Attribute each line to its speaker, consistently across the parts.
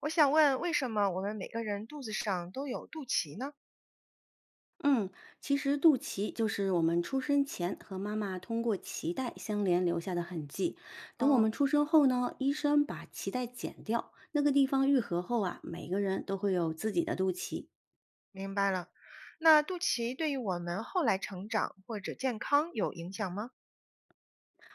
Speaker 1: 我想问，为什么我们每个人肚子上都有肚脐呢？
Speaker 2: 嗯，其实肚脐就是我们出生前和妈妈通过脐带相连留下的痕迹。等我
Speaker 1: 哦，
Speaker 2: 们出生后呢，医生把脐带剪掉，那个地方愈合后啊，每个人都会有自己的肚脐。
Speaker 1: 明白了。那肚脐对于我们后来成长或者健康有影响吗？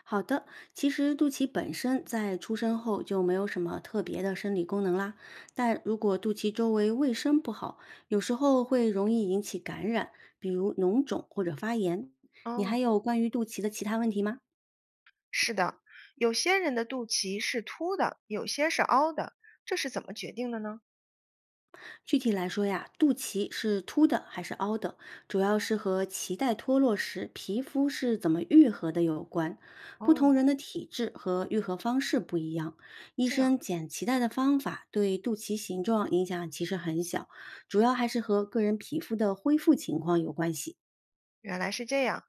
Speaker 2: 好的，其实肚脐本身在出生后就没有什么特别的生理功能啦，但如果肚脐周围卫生不好，有时候会容易引起感染，比如脓肿或者发炎。你还
Speaker 1: 哦，
Speaker 2: 有关于肚脐的其他问题吗？
Speaker 1: 是的，有些人的肚脐是凸的，有些是凹的，这是怎么决定的呢？
Speaker 2: 具体来说呀，肚脐是凸的还是凹的，主要是和脐带脱落时皮肤是怎么愈合的有关。不
Speaker 1: 哦，
Speaker 2: 同人的体质和愈合方式不一样，医
Speaker 1: 这样，
Speaker 2: 生剪脐带的方法对肚脐形状影响其实很小，主要还是和个人皮肤的恢复情况有关系。
Speaker 1: 原来是这样。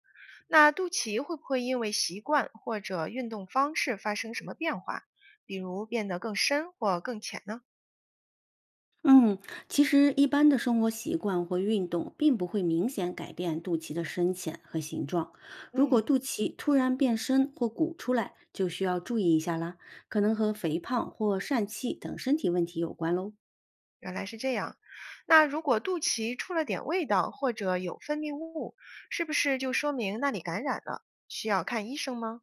Speaker 1: 那肚脐会不会因为习惯或者运动方式发生什么变化，比如变得更深或更浅呢？
Speaker 2: 嗯，其实一般的生活习惯或运动并不会明显改变肚脐的深浅和形状。如
Speaker 1: 嗯。
Speaker 2: 果肚脐突然变深或鼓出来，就需要注意一下啦，可能和肥胖或疝气等身体问题有关喽。
Speaker 1: 原来是这样。那如果肚脐出了点味道或者有分泌物，是不是就说明那里感染了？需要看医生吗？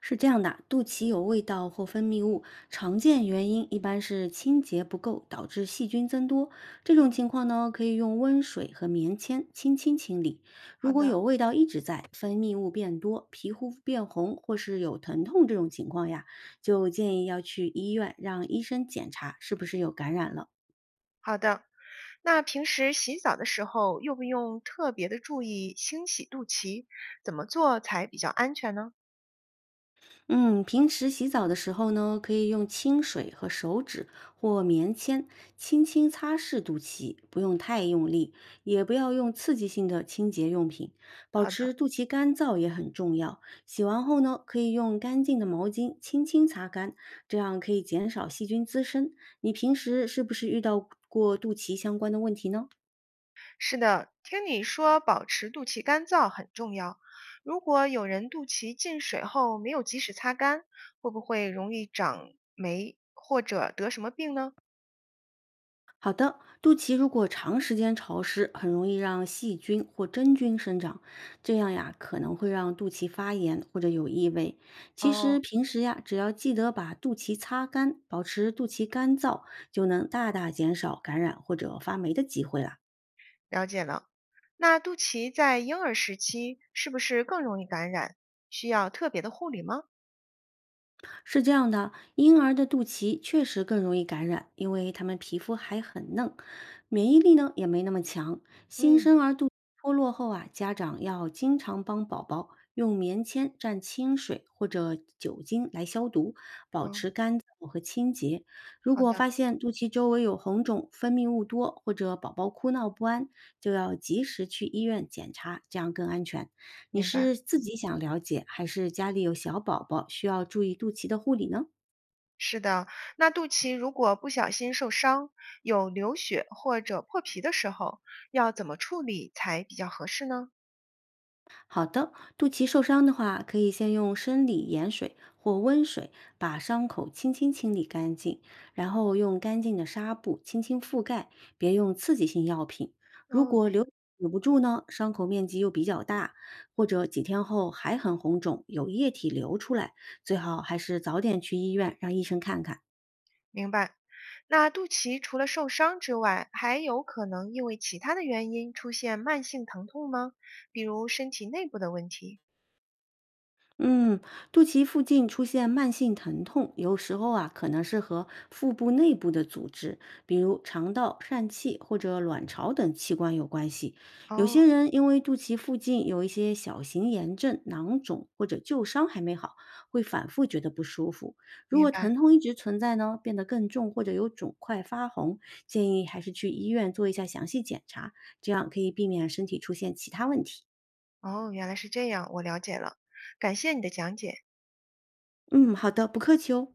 Speaker 2: 是这样的，肚脐有味道或分泌物，常见原因一般是清洁不够导致细菌增多。这种
Speaker 1: 嗯，
Speaker 2: 情况呢，可以用温水和棉签轻轻清理。
Speaker 1: 好
Speaker 2: 如果
Speaker 1: 的，
Speaker 2: 有味道一直在，分泌物变多，皮肤变红或是有疼痛这种情况呀，就建议要去医院让医生检查是不是有感染了。
Speaker 1: 好的。那平时洗澡的时候用不用特别的注意清洗肚脐？怎么做才比较安全呢？
Speaker 2: 嗯，平时洗澡的时候呢，可以用清水和手指或棉签轻轻擦拭肚脐，不用太用力，也不要用刺激性的清洁用品。保
Speaker 1: 好的，
Speaker 2: 持肚脐干燥也很重要。洗完后呢，可以用干净的毛巾轻轻擦干，这样可以减少细菌滋生。你平时是不是遇到过肚脐相关的问题呢？
Speaker 1: 是的，听你说保持肚脐干燥很重要。如果有人肚脐进水后没有及时擦干，会不会容易长霉或者得什么病呢？
Speaker 2: 好的，肚脐如果长时间潮湿，很容易让细菌或真菌生长，这样呀可能会让肚脐发炎或者有异味。其实
Speaker 1: 哦，
Speaker 2: 平时呀，只要记得把肚脐擦干，保持肚脐干燥，就能大大减少感染或者发霉的机会啦。
Speaker 1: 了解了。那肚脐在婴儿时期是不是更容易感染？需要特别的护理吗？
Speaker 2: 是这样的，婴儿的肚脐确实更容易感染，因为他们皮肤还很嫩，免疫力呢也没那么强。新
Speaker 1: 嗯，
Speaker 2: 生儿肚脐脱落后啊，家长要经常帮宝宝用棉签蘸清水或者酒精来消毒，保
Speaker 1: 哦，
Speaker 2: 持干燥和清洁。如
Speaker 1: 好
Speaker 2: 果
Speaker 1: 的，
Speaker 2: 发现肚脐周围有红肿、分泌物多，或者宝宝哭闹不安，就要及时去医院检查，这样更安全。你
Speaker 1: 明白。
Speaker 2: 是自己想了解，还是家里有小宝宝需要注意肚脐的护理呢？
Speaker 1: 是的，那肚脐如果不小心受伤，有流血或者破皮的时候，要怎么处理才比较合适呢？
Speaker 2: 好的，肚脐受伤的话，可以先用生理盐水或温水把伤口轻轻清理干净，然后用干净的纱布轻轻覆盖，别用刺激性药品。如
Speaker 1: 哦，
Speaker 2: 果流止不住呢，伤口面积又比较大，或者几天后还很红肿，有液体流出来，最好还是早点去医院让医生看看。
Speaker 1: 明白。那肚脐除了受伤之外，还有可能因为其他的原因出现慢性疼痛吗？比如身体内部的问题？
Speaker 2: 嗯，肚脐附近出现慢性疼痛，有时候啊可能是和腹部内部的组织，比如肠道、疝气或者卵巢等器官有关系。有
Speaker 1: 哦，
Speaker 2: 些人因为肚脐附近有一些小型炎症、囊肿或者旧伤还没好，会反复觉得不舒服。如
Speaker 1: 明
Speaker 2: 果
Speaker 1: 白。
Speaker 2: 疼痛一直存在呢，变得更重或者有肿块发红，建议还是去医院做一下详细检查，这样可以避免身体出现其他问题。
Speaker 1: 哦，原来是这样，我了解了，感谢你的讲解。
Speaker 2: 嗯，好的，不客气哦。